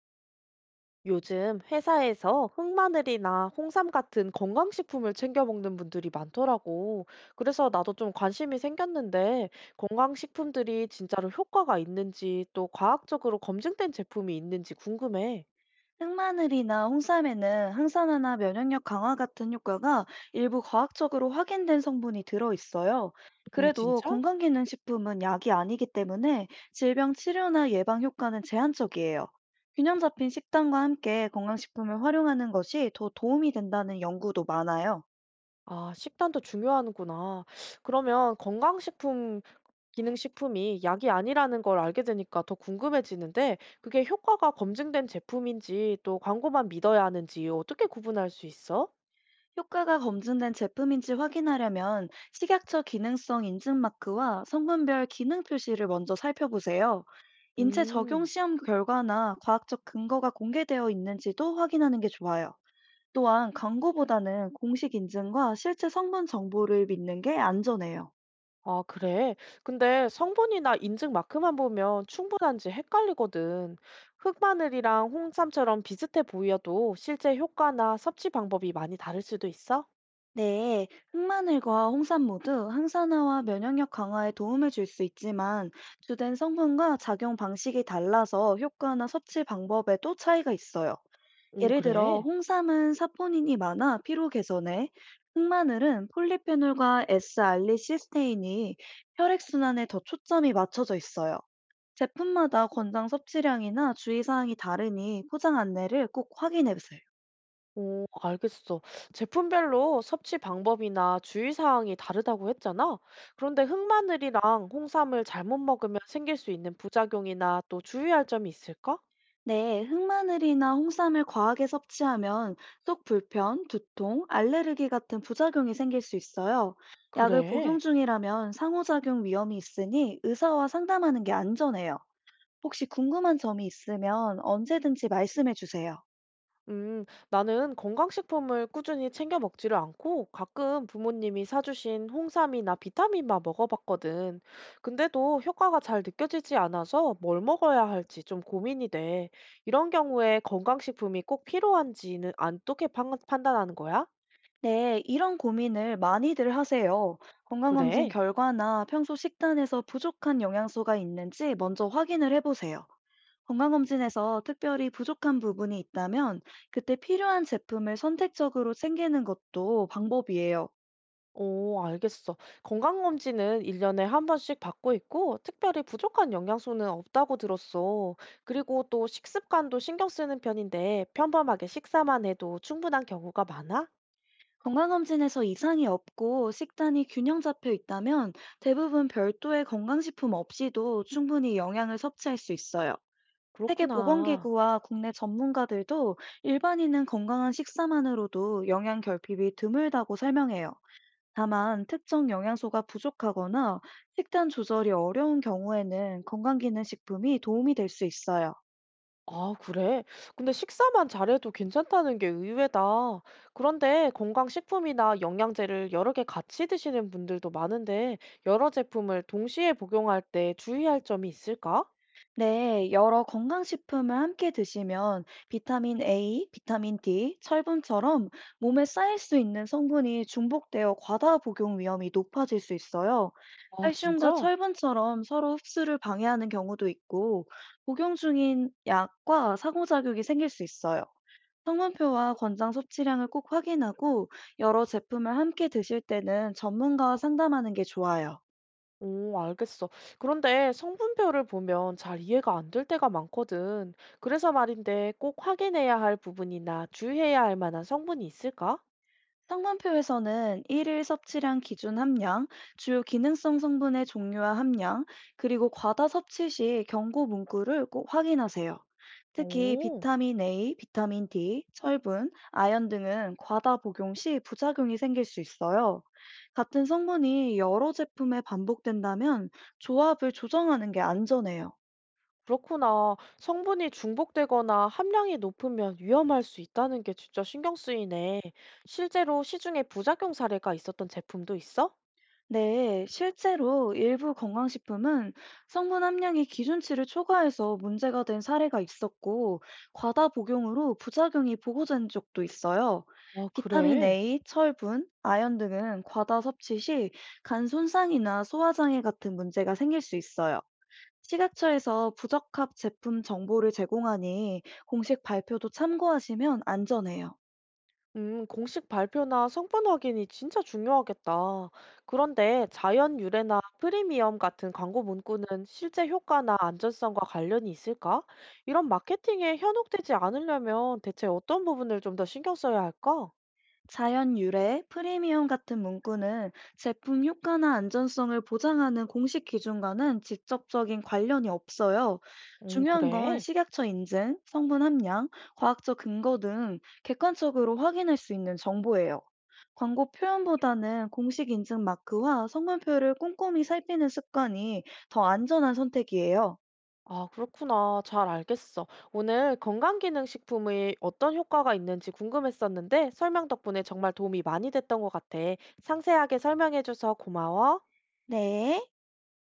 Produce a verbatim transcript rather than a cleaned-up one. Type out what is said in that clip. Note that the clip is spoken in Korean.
요즘 회사에서 흑마늘이나 홍삼 같은 건강식품을 챙겨 먹는 분들이 많더라고. 그래서 나도 좀 관심이 생겼는데, 건강식품들이 진짜로 효과가 있는지, 또 과학적으로 검증된 제품이 있는지 궁금해. 흑마늘이나 홍삼에는 항산화나 면역력 강화 같은 효과가 일부 과학적으로 확인된 성분이 들어있어요. 예 그래도 진짜? 건강기능식품은 약이 아니기 때문에 질병 치료나 예방 효과는 제한적이에요. 균형 잡힌 식단과 함께 건강식품을 활용하는 것이 더 도움이 된다는 연구도 많아요. 아, 식단도 중요하는구나. 그러면 건강식품, 기능식품이 약이 아니라는 걸 알게 되니까 더 궁금해지는데, 그게 효과가 검증된 제품인지, 또 광고만 믿어야 하는지 어떻게 구분할 수 있어? 효과가 검증된 제품인지 확인하려면 식약처 기능성 인증 마크와 성분별 기능 표시를 먼저 살펴보세요. 인체 적용 음. 시험 결과나 과학적 근거가 공개되어 있는지도 확인하는 게 좋아요. 또한 광고보다는 공식 인증과 실제 성분 정보를 믿는 게 안전해요. 아, 그래? 근데 성분이나 인증 마크만 보면 충분한지 헷갈리거든. 흑마늘이랑 홍삼처럼 비슷해 보여도 실제 효과나 섭취 방법이 많이 다를 수도 있어? 네, 흑마늘과 홍삼 모두 항산화와 면역력 강화에 도움을 줄 수 있지만 주된 성분과 작용 방식이 달라서 효과나 섭취 방법에도 차이가 있어요. 오, 예를 들어 그래? 홍삼은 사포닌이 많아 피로 개선에, 흑마늘은 폴리페놀과 S알리시스테인이 혈액순환에 더 초점이 맞춰져 있어요. 제품마다 권장 섭취량이나 주의사항이 다르니 포장 안내를 꼭 확인해 보세요. 오, 알겠어. 제품별로 섭취 방법이나 주의사항이 다르다고 했잖아? 그런데 흑마늘이랑 홍삼을 잘못 먹으면 생길 수 있는 부작용이나 또 주의할 점이 있을까? 네, 흑마늘이나 홍삼을 과하게 섭취하면 속 불편, 두통, 알레르기 같은 부작용이 생길 수 있어요. 약을 복용 그래. 중이라면 상호작용 위험이 있으니 의사와 상담하는 게 안전해요. 혹시 궁금한 점이 있으면 언제든지 말씀해 주세요. 음, 나는 건강식품을 꾸준히 챙겨 먹지를 않고 가끔 부모님이 사주신 홍삼이나 비타민만 먹어봤거든. 근데도 효과가 잘 느껴지지 않아서 뭘 먹어야 할지 좀 고민이 돼. 이런 경우에 건강식품이 꼭 필요한지는 어떻게 판- 판단하는 거야? 네, 이런 고민을 많이들 하세요. 건강검진 그래. 결과나 평소 식단에서 부족한 영양소가 있는지 먼저 확인을 해보세요. 건강검진에서 특별히 부족한 부분이 있다면 그때 필요한 제품을 선택적으로 챙기는 것도 방법이에요. 오, 알겠어. 건강검진은 일 년에 한 번씩 받고 있고 특별히 부족한 영양소는 없다고 들었어. 그리고 또 식습관도 신경 쓰는 편인데 평범하게 식사만 해도 충분한 경우가 많아? 건강검진에서 이상이 없고 식단이 균형 잡혀 있다면 대부분 별도의 건강식품 없이도 충분히 영양을 섭취할 수 있어요. 그렇구나. 세계보건기구와 국내 전문가들도 일반인은 건강한 식사만으로도 영양 결핍이 드물다고 설명해요. 다만 특정 영양소가 부족하거나 식단 조절이 어려운 경우에는 건강기능식품이 도움이 될 수 있어요. 아 그래? 근데 식사만 잘해도 괜찮다는 게 의외다. 그런데 건강식품이나 영양제를 여러 개 같이 드시는 분들도 많은데 여러 제품을 동시에 복용할 때 주의할 점이 있을까? 네, 여러 건강식품을 함께 드시면 비타민 에이, 비타민 디, 철분처럼 몸에 쌓일 수 있는 성분이 중복되어 과다 복용 위험이 높아질 수 있어요. 아 칼슘과 진짜? 철분처럼 서로 흡수를 방해하는 경우도 있고, 복용 중인 약과 상호작용이 생길 수 있어요. 성분표와 권장 섭취량을 꼭 확인하고, 여러 제품을 함께 드실 때는 전문가와 상담하는 게 좋아요. 오, 알겠어. 그런데 성분표를 보면 잘 이해가 안 될 때가 많거든. 그래서 말인데 꼭 확인해야 할 부분이나 주의해야 할 만한 성분이 있을까? 성분표에서는 일일 섭취량 기준 함량, 주요 기능성 성분의 종류와 함량, 그리고 과다 섭취 시 경고 문구를 꼭 확인하세요. 특히 오, 비타민 에이, 비타민 디, 철분, 아연 등은 과다 복용 시 부작용이 생길 수 있어요. 같은 성분이 여러 제품에 반복된다면 조합을 조정하는 게 안전해요. 그렇구나. 성분이 중복되거나 함량이 높으면 위험할 수 있다는 게 진짜 신경 쓰이네. 실제로 시중에 부작용 사례가 있었던 제품도 있어? 네, 실제로 일부 건강식품은 성분 함량이 기준치를 초과해서 문제가 된 사례가 있었고, 과다 복용으로 부작용이 보고된 적도 있어요. 아, 비타민 그래. A, 철분, 아연 등은 과다 섭취 시 간 손상이나 소화장애 같은 문제가 생길 수 있어요. 식약처에서 부적합 제품 정보를 제공하니 공식 발표도 참고하시면 안전해요. 음, 공식 발표나 성분 확인이 진짜 중요하겠다. 그런데 자연 유래나 프리미엄 같은 광고 문구는 실제 효과나 안전성과 관련이 있을까? 이런 마케팅에 현혹되지 않으려면 대체 어떤 부분을 좀 더 신경 써야 할까? 자연 유래, 프리미엄 같은 문구는 제품 효과나 안전성을 보장하는 공식 기준과는 직접적인 관련이 없어요. 음, 중요한 건 그래. 식약처 인증, 성분 함량, 과학적 근거 등 객관적으로 확인할 수 있는 정보예요. 광고 표현보다는 공식 인증 마크와 성분표를 꼼꼼히 살피는 습관이 더 안전한 선택이에요. 아, 그렇구나. 잘 알겠어. 오늘 건강기능식품의 어떤 효과가 있는지 궁금했었는데 설명 덕분에 정말 도움이 많이 됐던 것 같아. 상세하게 설명해줘서 고마워. 네.